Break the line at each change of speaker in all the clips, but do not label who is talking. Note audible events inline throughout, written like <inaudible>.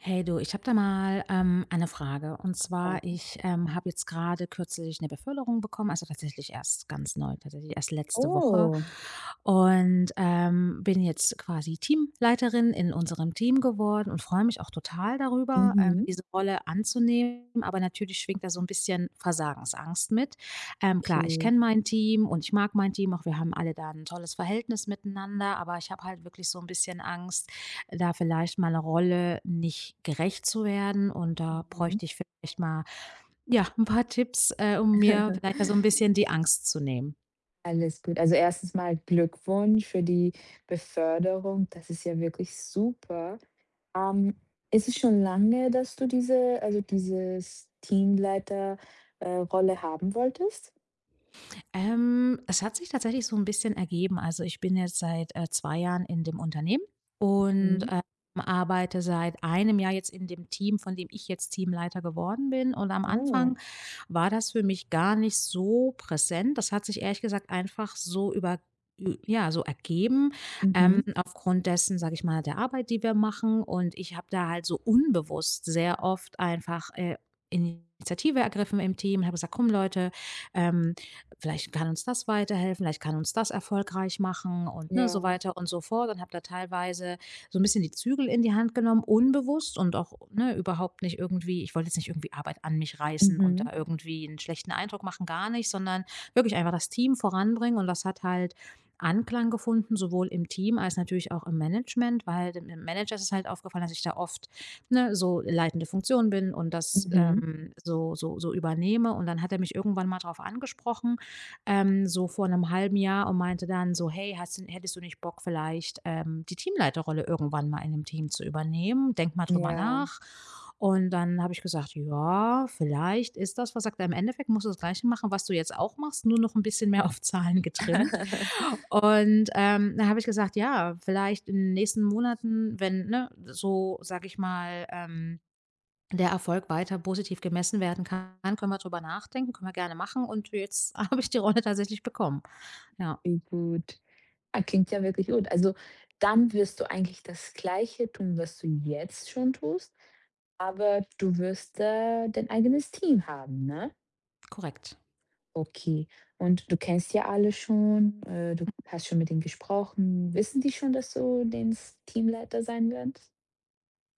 Hey du, ich habe da mal eine Frage. Und zwar,
Ja.
ich habe jetzt gerade kürzlich eine Beförderung bekommen, also tatsächlich erst ganz neu, tatsächlich erst letzte Woche.
Oh,
Und bin jetzt quasi Teamleiterin in unserem Team geworden und freue mich auch total darüber,
mhm,
diese Rolle anzunehmen. Aber natürlich schwingt da so ein bisschen Versagensangst mit. Klar, ich kenne
okay.
mein Team und ich mag mein Team auch. Wir haben alle da ein tolles Verhältnis miteinander, aber ich habe halt wirklich so ein bisschen Angst, da vielleicht meiner Rolle nicht gerecht zu werden. Und da
Mhm.
bräuchte ich vielleicht mal, ja, ein paar Tipps, um mir vielleicht
<laughs>
so ein bisschen die Angst zu nehmen.
Alles gut. Also, erstens mal Glückwunsch für die Beförderung. Das ist ja wirklich super. Ähm, Ist es schon lange, dass du diese also, dieses Teamleiter Rolle haben wolltest?
Es hat sich tatsächlich so ein bisschen ergeben. Also, ich bin jetzt seit, 2 Jahren in dem Unternehmen und,
Mhm.
arbeite seit einem Jahr jetzt in dem Team, von dem ich jetzt Teamleiter geworden bin. Und am
Oh.
Anfang war das für mich gar nicht so präsent. Das hat sich ehrlich gesagt einfach so über ü ja, so ergeben,
Mhm.
aufgrund dessen, sage ich mal, der Arbeit, die wir machen. Und ich habe da halt so unbewusst sehr oft einfach, Initiative ergriffen im Team und habe gesagt: „Komm Leute, ähm, Vielleicht kann uns das weiterhelfen, vielleicht kann uns das erfolgreich machen und, ne, so
Ja.
weiter und so fort“, und habe da teilweise so ein bisschen die Zügel in die Hand genommen, unbewusst und auch, ne, überhaupt nicht irgendwie. Ich wollte jetzt nicht irgendwie Arbeit an mich reißen und
Mhm.
da irgendwie einen schlechten Eindruck machen, gar nicht, sondern wirklich einfach das Team voranbringen, und das hat halt Anklang gefunden, sowohl im Team als natürlich auch im Management, weil dem Manager ist es halt aufgefallen, dass ich da oft, ne, so leitende Funktion bin und das,
Mhm.
so übernehme, und dann hat er mich irgendwann mal darauf angesprochen, so vor 'nem halben Jahr, und meinte dann so: „Hey, hast du hättest du nicht Bock vielleicht, die Teamleiterrolle irgendwann mal in dem Team zu übernehmen? Denk mal drüber
Ja.
nach.“ Und dann habe ich gesagt: „Ja, vielleicht ist das“, was sagt er: „Im Endeffekt musst du das Gleiche machen, was du jetzt auch machst, nur noch ein bisschen mehr <laughs> auf Zahlen getrimmt.“
<laughs>
Und, dann habe ich gesagt: „Ja, vielleicht in den nächsten Monaten, wenn, ne, so, sage ich mal, der Erfolg weiter positiv gemessen werden kann, können wir drüber nachdenken, können wir gerne machen“, und jetzt <laughs> habe ich die Rolle tatsächlich bekommen. Ja,
Wie gut. Ah, klingt ja wirklich gut. Also, dann wirst du eigentlich das Gleiche tun, was du jetzt schon tust, aber du wirst, dein eigenes Team haben, ne?
korrekt.
Okay. Und du kennst ja alle schon, du hast schon mit denen gesprochen. Wissen die schon, dass du den s Teamleiter sein wirst?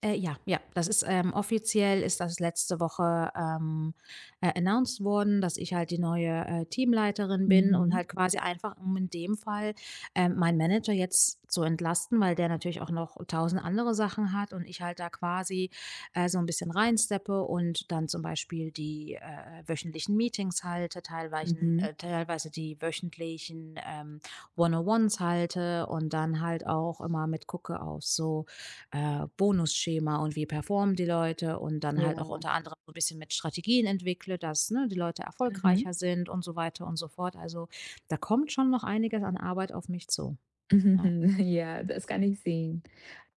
Ja, ja, offiziell ist das letzte Woche, announced worden, dass ich halt die neue, Teamleiterin bin, und
Mhm,
halt quasi einfach, um in dem Fall, meinen Manager jetzt zu entlasten, weil der natürlich auch noch tausend andere Sachen hat, und ich halt da quasi, so ein bisschen reinsteppe und dann zum Beispiel die, wöchentlichen Meetings halte, teilweise
mhm,
äh, teilweise die wöchentlichen, One-on-ones halte und dann halt auch immer mit gucke auf so, Bonusschema, und wie performen die Leute, und dann halt auch
ja.
unter anderem so ein bisschen mit Strategien entwickle, dass, ne, die Leute
Mhm,
erfolgreicher sind, und so weiter und so fort. Also, da kommt schon noch einiges an Arbeit auf mich zu,
<laughs>
ja.
mhm, ja, das kann ich sehen.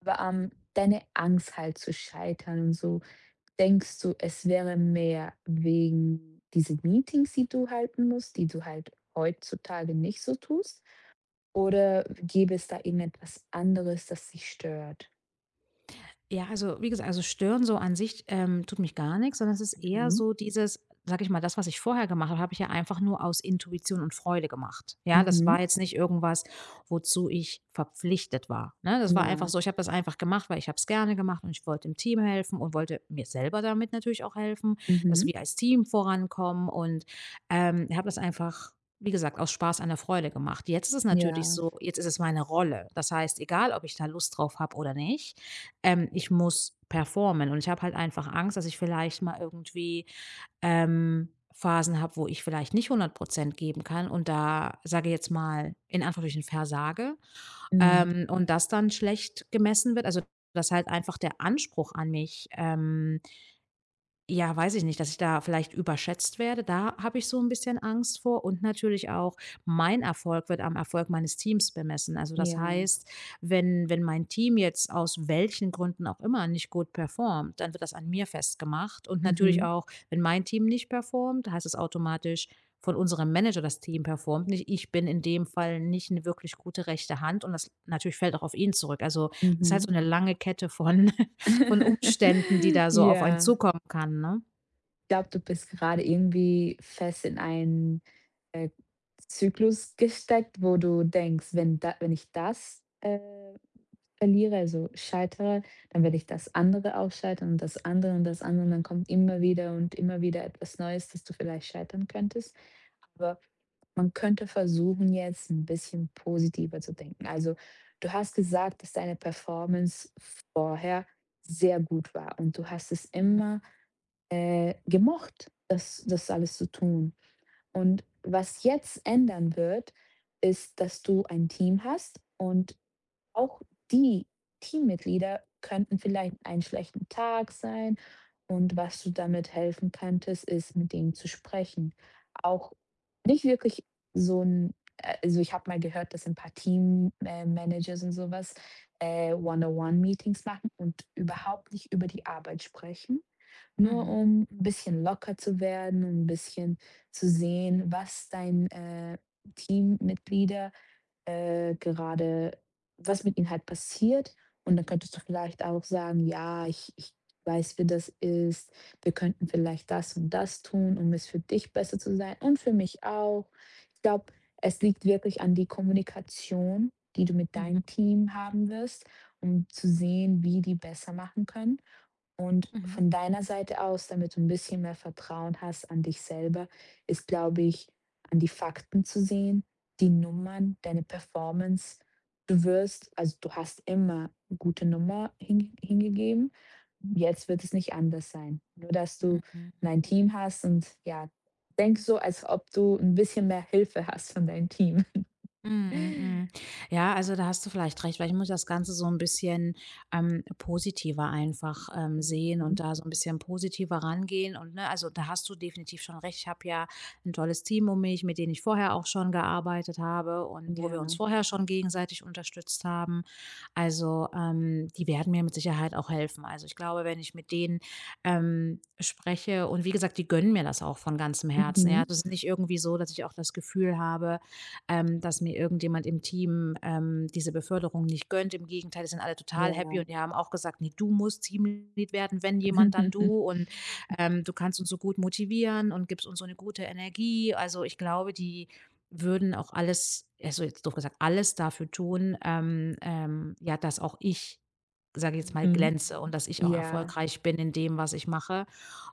Aber, deine Angst halt zu scheitern und so, denkst du, es wäre mehr wegen diese Meetings, die du halten musst, die du halt heutzutage nicht so tust? Oder gäbe es da irgendetwas anderes, das dich stört?
Ja, also wie gesagt, also stören so an sich, tut mich gar nichts, sondern es ist eher
Mhm.
so dieses, sag ich mal, das, was ich vorher gemacht habe, habe ich ja einfach nur aus Intuition und Freude gemacht. Ja, das
Mhm.
war jetzt nicht irgendwas, wozu ich verpflichtet war, ne? Das war einfach
Ja.
so, ich habe das einfach gemacht, weil ich habe es gerne gemacht und ich wollte dem Team helfen und wollte mir selber damit natürlich auch helfen, dass
Mhm.
wir als Team vorankommen, und, habe das einfach, wie gesagt, aus Spaß an der Freude gemacht. Jetzt ist es natürlich
Ja.
so, jetzt ist es meine Rolle. Das heißt, egal, ob ich da Lust drauf habe oder nicht, ich muss performen. Und ich habe halt einfach Angst, dass ich vielleicht mal irgendwie Phasen habe, wo ich vielleicht nicht 100% geben kann und da, sage ich jetzt mal in Anführungsstrichen, versage,
Mhm.
und das dann schlecht gemessen wird. Also, dass halt einfach der Anspruch an mich, ja, weiß ich nicht, dass ich da vielleicht überschätzt werde. Da habe ich so ein bisschen Angst vor, und natürlich auch, mein Erfolg wird am Erfolg meines Teams bemessen. Also, das
Ja.
heißt, wenn mein Team jetzt aus welchen Gründen auch immer nicht gut performt, dann wird das an mir festgemacht, und natürlich
Mhm.
auch, wenn mein Team nicht performt, heißt es automatisch von unserem Manager, das Team performt nicht. Ich bin in dem Fall nicht eine wirklich gute rechte Hand, und das natürlich fällt auch auf ihn zurück. Also, ist halt
Mhm.
so 'ne lange Kette von <laughs> von Umständen, die
<laughs>
da so auf einen
Ja.
zukommen kann, ne?
Ich glaube, du bist gerade irgendwie fest in einen, äh, Zyklus gesteckt, wo du denkst: „Wenn da wenn ich das, verliere, also scheitere, dann werde ich das andere auch scheitern und das andere und das andere und dann kommt immer wieder und immer wieder etwas Neues, dass du vielleicht scheitern könntest. Aber man könnte versuchen, jetzt ein bisschen positiver zu denken. Also, du hast gesagt, dass deine Performance vorher sehr gut war und du hast es
Mhm,
immer, gemocht, das alles zu tun. Und was jetzt ändern wird, ist, dass du ein Team hast und auch die Teammitglieder könnten vielleicht einen schlechten Tag sein und was du damit helfen könntest, ist, mit denen zu sprechen. Auch nicht wirklich so ein also, ich habe mal gehört, dass ein paar Teammanagers und sowas One-on-One-Meetings machen und überhaupt nicht über die Arbeit sprechen, nur
mhm,
um ein bisschen locker zu werden, um ein bisschen zu sehen, was dein, Teammitglieder gerade was mit ihnen halt passiert. Und dann könntest du vielleicht auch sagen: „Ja, ich weiß, wie das ist. Wir könnten vielleicht das und das tun, um es für dich besser zu sein und für mich auch.“ Ich glaube, es liegt wirklich an die Kommunikation, die du mit
mhm,
deinem Team haben wirst, um zu sehen, wie die besser machen können. Und
mhm,
von deiner Seite aus, damit du ein bisschen mehr Vertrauen hast an dich selber, ist, glaube ich, an die Fakten zu sehen, die Nummern, deine Performance. Du wirst also, du hast immer eine gute Nummer hingegeben. Jetzt wird es nicht anders sein. Nur, dass du
mhm.
'n Team hast und ja, denk so, als ob du ein bisschen mehr Hilfe hast von deinem Team.
Mhm,
<laughs>
mhm. Ja, also da hast du vielleicht recht. Vielleicht muss ich das Ganze so ein bisschen, positiver einfach, sehen und
Mhm.
da so ein bisschen positiver rangehen, und, ne, also da hast du definitiv schon recht. Ich habe ja ein tolles Team um mich, mit denen ich vorher auch schon gearbeitet habe und wo wir
Ja.
uns vorher schon gegenseitig unterstützt haben. Also, die werden mir mit Sicherheit auch helfen. Also, ich glaube, wenn ich mit denen, spreche, und wie gesagt, die gönnen mir das auch von ganzem Herzen, ja.
Mhm.
Also, es ist nicht irgendwie so, dass ich auch das Gefühl habe, dass mir irgendjemand im Team, diese Beförderung nicht gönnt. Im Gegenteil, die sind alle
Ja.
total happy, und die haben auch gesagt: „Nee, du musst Teamlead werden, wenn jemand, dann du.
<laughs>
Und du kannst uns so gut motivieren und gibst uns so eine gute Energie.“ Also ich glaube, die würden auch alles, also jetzt doof gesagt, alles dafür tun, ja, dass auch ich, sage ich jetzt mal,
Mhm.
glänze, und dass ich auch
Ja.
erfolgreich bin in dem, was ich mache.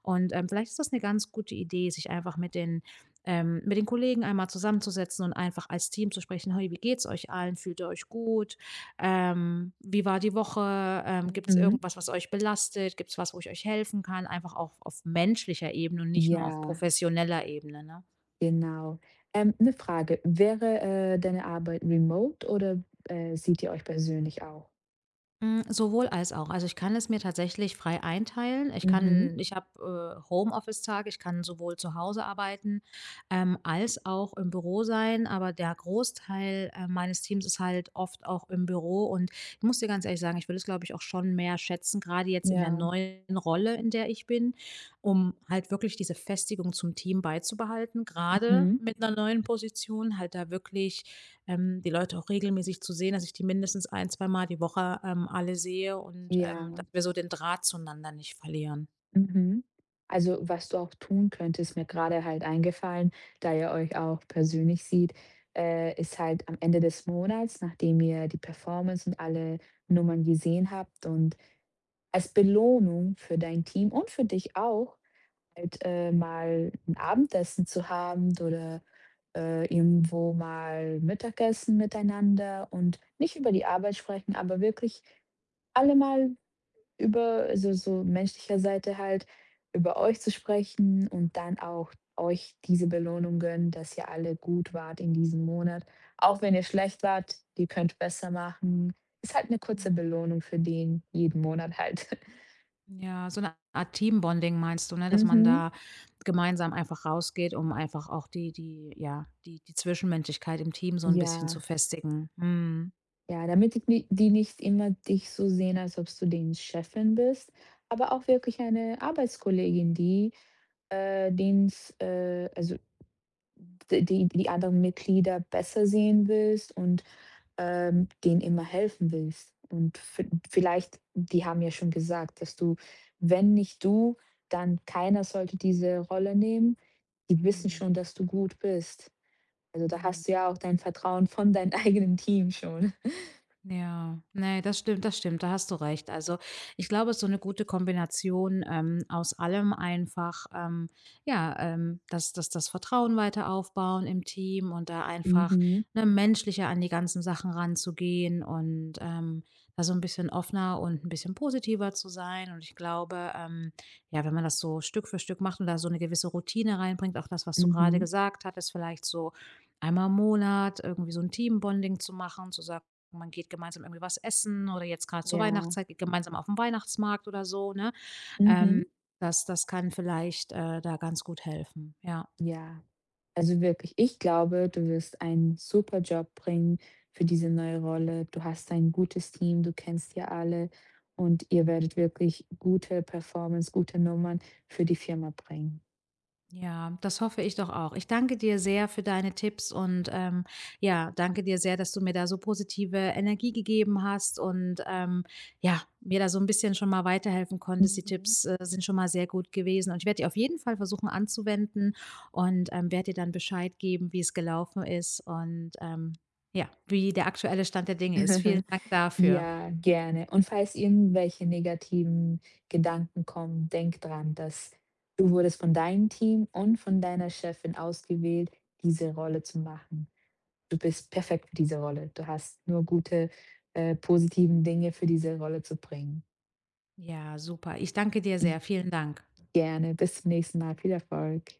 Und, vielleicht ist das eine ganz gute Idee, sich einfach mit den, mit den Kollegen einmal zusammenzusetzen und einfach als Team zu sprechen: „Hey, wie geht's euch allen? Fühlt ihr euch gut? Wie war die Woche? Gibt es
Mhm.
irgendwas, was euch belastet? Gibt es was, wo ich euch helfen kann?“ Einfach auch auf menschlicher Ebene und nicht nur auf
Ja,
professioneller Ebene, ne?
genau. 'Ne Frage, wäre, deine Arbeit remote oder, seht ihr euch persönlich auch?
Hm, sowohl als auch. Also, ich kann es mir tatsächlich frei einteilen. Ich
Mhm.
kann ich habe, Homeoffice-Tage, ich kann sowohl zu Hause arbeiten, als auch im Büro sein, aber der Großteil, meines Teams ist halt oft auch im Büro, und ich muss dir ganz ehrlich sagen, ich würde es, glaube ich, auch schon mehr schätzen, gerade jetzt in der
Ja.
neuen Rolle, in der ich bin, um halt wirklich diese Festigung zum Team beizubehalten. Gerade
Mhm.
mit einer neuen Position, halt da wirklich, die Leute auch regelmäßig zu sehen, dass ich die mindestens ein, zwei Mal die Woche, alle sehe und, dass
Ja.
wir so den Draht zueinander nicht verlieren.
Mhm. Also, was du auch tun könntest, mir gerade halt eingefallen, da ihr euch auch persönlich seht, ist halt am Ende des Monats, nachdem ihr die Performance und alle Nummern gesehen habt und als Belohnung für dein Team und für dich auch halt, mal ein Abendessen zu haben oder, irgendwo mal Mittagessen miteinander und nicht über die Arbeit sprechen, aber wirklich alle mal über also, so menschlicher Seite halt über euch zu sprechen und dann auch euch diese Belohnung gönnen, dass ihr alle gut wart in diesem Monat. Auch wenn ihr schlecht wart, ihr könnt besser machen. Ist halt eine kurze
Mhm.
Belohnung für den jeden Monat halt.
Ja, so eine Art Teambonding meinst du, ne,
<laughs>
dass man
Mhm,
da gemeinsam einfach rausgeht, um einfach auch die die ja, die die Zwischenmenschlichkeit im Team so ein bisschen zu
ja.
festigen. Mhm.
Ja, damit die die nicht immer dich so sehen, als ob du den Chefin bist, aber auch wirklich eine Arbeitskollegin, die, den's also d die die anderen Mitglieder besser sehen willst und, denen immer helfen willst. Und vi vielleicht die haben ja schon gesagt, dass du wenn nicht du, dann keiner sollte diese Rolle nehmen. Die wissen
Mhm.
schon, dass du gut bist. Also, da
Mhm.
hast du ja auch dein Vertrauen von deinem <laughs> eigenen Team schon.
Ja, ne, das stimmt, da hast du recht. Also, ich glaube, es ist so eine gute Kombination, aus allem einfach, ja, dass das Vertrauen weiter aufbauen im Team, und da einfach,
Mhm,
ne, menschlicher an die ganzen Sachen ranzugehen, und, da so ein bisschen offener und ein bisschen positiver zu sein. Und ich glaube, ja, wenn man das so Stück für Stück macht und da so eine gewisse Routine reinbringt, auch das, was du gerade
mhm.
gesagt hattest, vielleicht so einmal im Monat irgendwie so ein Teambonding zu machen, zu sagen: man geht gemeinsam irgendwie was essen, oder jetzt gerade zur
Ja,
Weihnachtszeit, geht gemeinsam auf 'n Weihnachtsmarkt oder so, ne?
mhm,
Ähm, das kann vielleicht, da ganz gut helfen, ja.
ja. Also wirklich, ich glaube, du wirst einen super Job bringen für diese neue Rolle. Du hast ein gutes Team, du kennst ja alle und ihr werdet wirklich gute Performance, gute Nummern für die Firma bringen.
Ja, das hoffe ich doch auch. Ich danke dir sehr für deine Tipps und, ja, danke dir sehr, dass du mir da so positive Energie gegeben hast und, ja, mir da so ein bisschen schon mal weiterhelfen konntest. Die
Mhm.
Tipps, sind schon mal sehr gut gewesen, und ich werde die auf jeden Fall versuchen anzuwenden, und werde dir dann Bescheid geben, wie es gelaufen ist, und ja, wie der aktuelle Stand der Dinge ist. Vielen
<laughs>
Dank dafür.
Ja, gerne. Und falls irgendwelche negativen Gedanken kommen, denk dran, dass du wurdest von deinem Team und von deiner Chefin ausgewählt, diese Rolle zu machen. Du bist perfekt für diese Rolle. Du hast nur gute, positiven Dinge für diese Rolle zu bringen.
Ja, super. Ich danke dir sehr. Vielen Dank.
Gerne, bis zum nächsten Mal. Viel Erfolg.